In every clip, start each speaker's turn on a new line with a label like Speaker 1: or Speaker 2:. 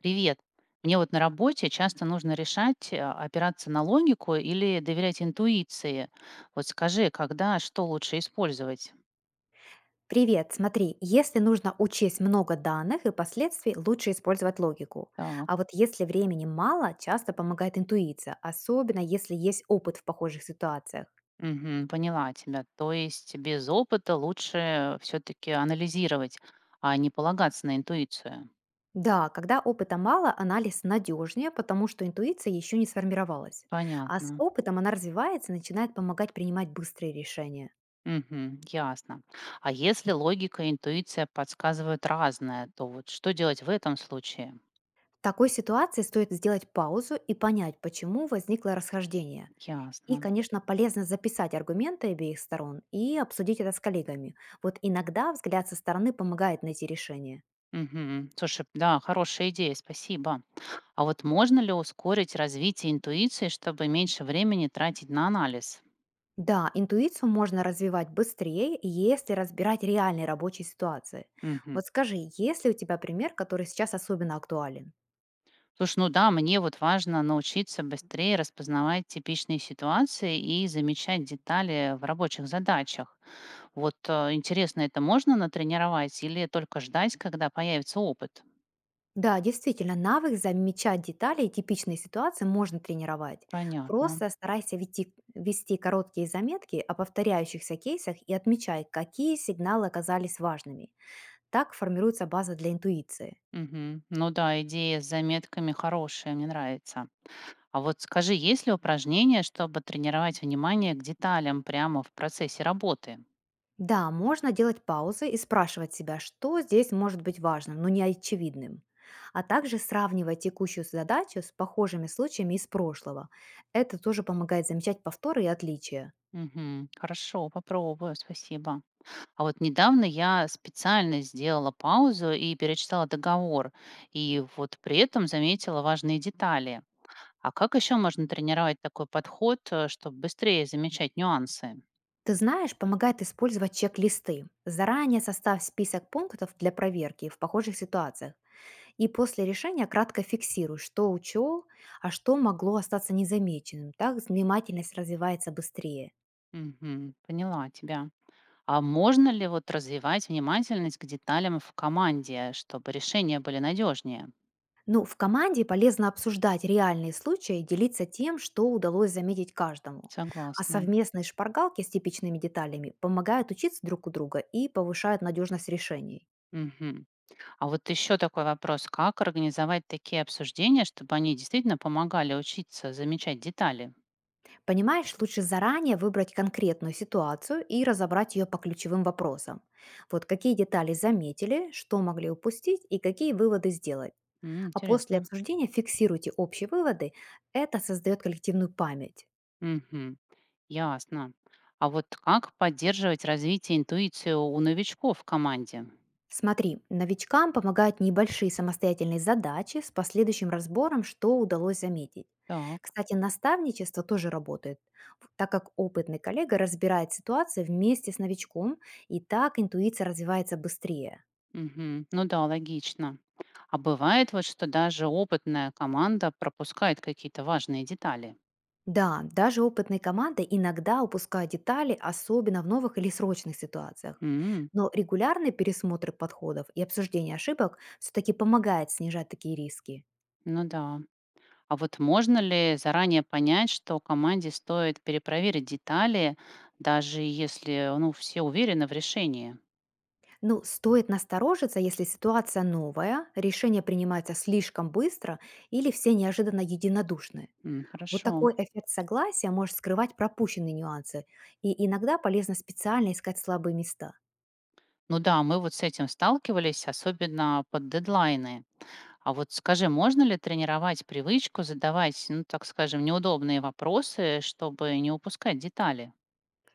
Speaker 1: Привет. Мне вот на работе часто нужно решать, опираться на логику или доверять интуиции. Вот скажи, когда что лучше использовать?
Speaker 2: Привет, смотри, если нужно учесть много данных и последствий, лучше использовать логику.
Speaker 1: Так,
Speaker 2: А вот если времени мало, часто помогает интуиция, особенно если есть опыт в похожих ситуациях.
Speaker 1: мгм, поняла тебя. То есть без опыта лучше все-таки анализировать, а не полагаться на интуицию.
Speaker 2: Да, когда опыта мало, анализ надежнее, потому что интуиция еще не сформировалась. А с
Speaker 1: Понятно.
Speaker 2: опытом она развивается и начинает помогать принимать быстрые решения.
Speaker 1: Мгм, ясно. А если логика и интуиция подсказывают разное, то вот что делать в этом случае?
Speaker 2: В такой ситуации стоит сделать паузу и понять, почему возникло расхождение. И,
Speaker 1: Ясно.
Speaker 2: конечно, полезно записать аргументы обеих сторон и обсудить это с коллегами. Вот иногда взгляд со стороны помогает найти решение.
Speaker 1: Мгм. Слушай, да, хорошая идея, спасибо. А вот можно ли ускорить развитие интуиции, чтобы меньше времени тратить на анализ?
Speaker 2: Да, интуицию можно развивать быстрее, если разбирать реальные рабочие ситуации.
Speaker 1: Мгм.
Speaker 2: Вот скажи, есть ли у тебя пример, который сейчас особенно актуален?
Speaker 1: Слушай, ну да, мне вот важно научиться быстрее распознавать типичные ситуации и замечать детали в рабочих задачах. Вот интересно, это можно натренировать или только ждать, когда появится опыт?
Speaker 2: Да, действительно, навык замечать детали и типичные ситуации можно тренировать.
Speaker 1: Понятно.
Speaker 2: Просто старайся вести короткие заметки о повторяющихся кейсах и отмечай, какие сигналы оказались важными. Так формируется база для интуиции.
Speaker 1: Мгм. Ну да, идея с заметками хорошая, мне нравится. А вот скажи, есть ли упражнения, чтобы тренировать внимание к деталям прямо в процессе работы?
Speaker 2: Да, можно делать паузы и спрашивать себя, что здесь может быть важным, но не очевидным. А также сравнивать текущую задачу с похожими случаями из прошлого. Это тоже помогает замечать повторы и отличия.
Speaker 1: Мгм. Хорошо, попробую, спасибо. А вот недавно я специально сделала паузу и перечитала договор, и вот при этом заметила важные детали. А как еще можно тренировать такой подход, чтобы быстрее замечать нюансы?
Speaker 2: Ты знаешь, помогает использовать чек-листы. Заранее составь список пунктов для проверки в похожих ситуациях. И после решения кратко фиксируй, что учел, а что могло остаться незамеченным. Так внимательность развивается быстрее.
Speaker 1: Мгм. Поняла тебя. А можно ли вот развивать внимательность к деталям в команде, чтобы решения были надежнее?
Speaker 2: Ну, в команде полезно обсуждать реальные случаи и делиться тем, что удалось заметить каждому. А
Speaker 1: Согласна.
Speaker 2: совместные шпаргалки с типичными деталями помогают учиться друг у друга и повышают надежность решений.
Speaker 1: Мгм. А вот еще такой вопрос. Как организовать такие обсуждения, чтобы они действительно помогали учиться замечать детали?
Speaker 2: Понимаешь, лучше заранее выбрать конкретную ситуацию и разобрать ее по ключевым вопросам. Вот какие детали заметили, что могли упустить и какие выводы сделать.
Speaker 1: М,
Speaker 2: А после
Speaker 1: интересно.
Speaker 2: обсуждения фиксируйте общие выводы. Это создает коллективную память.
Speaker 1: Мгм. Ясно. А вот как поддерживать развитие интуиции у новичков в команде?
Speaker 2: Смотри, новичкам помогают небольшие самостоятельные задачи с последующим разбором, что удалось заметить.
Speaker 1: Так.
Speaker 2: Кстати, наставничество тоже работает, так как опытный коллега разбирает ситуацию вместе с новичком, и так интуиция развивается быстрее.
Speaker 1: Мгм. Ну да, логично. А бывает вот, что даже опытная команда пропускает какие-то важные детали.
Speaker 2: Да, даже опытные команды иногда упускают детали, особенно в новых или срочных ситуациях.
Speaker 1: М,
Speaker 2: Но регулярный пересмотр подходов и обсуждение ошибок все-таки помогает снижать такие риски.
Speaker 1: ну да. А вот можно ли заранее понять, что команде стоит перепроверить детали, даже если, ну, все уверены в решении?
Speaker 2: Ну, стоит насторожиться, если ситуация новая, решение принимается слишком быстро или все неожиданно единодушны.
Speaker 1: М,
Speaker 2: Вот
Speaker 1: хорошо.
Speaker 2: такой эффект согласия может скрывать пропущенные нюансы, и иногда полезно специально искать слабые места.
Speaker 1: Ну да, мы вот с этим сталкивались, особенно под дедлайны. А вот скажи, можно ли тренировать привычку задавать, ну, так скажем, неудобные вопросы, чтобы не упускать детали?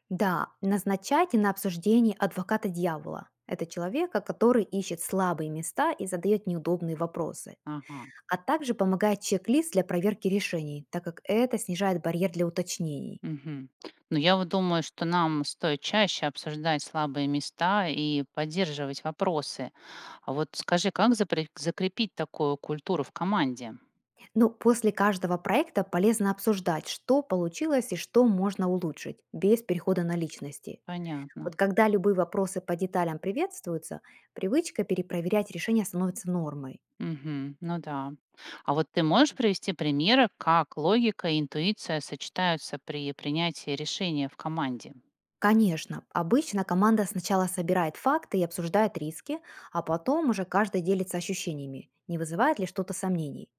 Speaker 2: Да, назначайте на обсуждение адвоката дьявола. Это человека, который ищет слабые места и задает неудобные вопросы.
Speaker 1: Ага.
Speaker 2: А также помогает чек-лист для проверки решений, так как это снижает барьер для уточнений.
Speaker 1: Мгм. Ну, я вот думаю, что нам стоит чаще обсуждать слабые места и поддерживать вопросы. А вот скажи, как закрепить такую культуру в команде?
Speaker 2: Ну, после каждого проекта полезно обсуждать, что получилось и что можно улучшить, без перехода на личности. Вот
Speaker 1: Понятно.
Speaker 2: когда любые вопросы по деталям приветствуются, привычка перепроверять решения становится нормой.
Speaker 1: Мгм. Ну да. А вот ты можешь привести примеры, как логика и интуиция сочетаются при принятии решения в команде?
Speaker 2: Конечно, обычно команда сначала собирает факты и обсуждает риски, а потом уже каждый делится ощущениями, не вызывает ли что-то сомнений.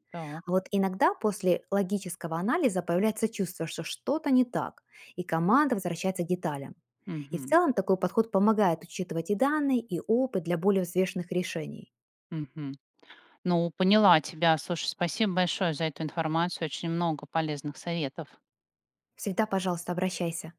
Speaker 2: А
Speaker 1: Так.
Speaker 2: вот иногда после логического анализа появляется чувство, что что-то не так, и команда возвращается к деталям. И в
Speaker 1: Мгм.
Speaker 2: целом такой подход помогает учитывать и данные, и опыт для более взвешенных решений.
Speaker 1: Мгм. Ну, поняла тебя. Слушай, спасибо большое за эту информацию. Очень много полезных советов.
Speaker 2: Всегда, пожалуйста, обращайся.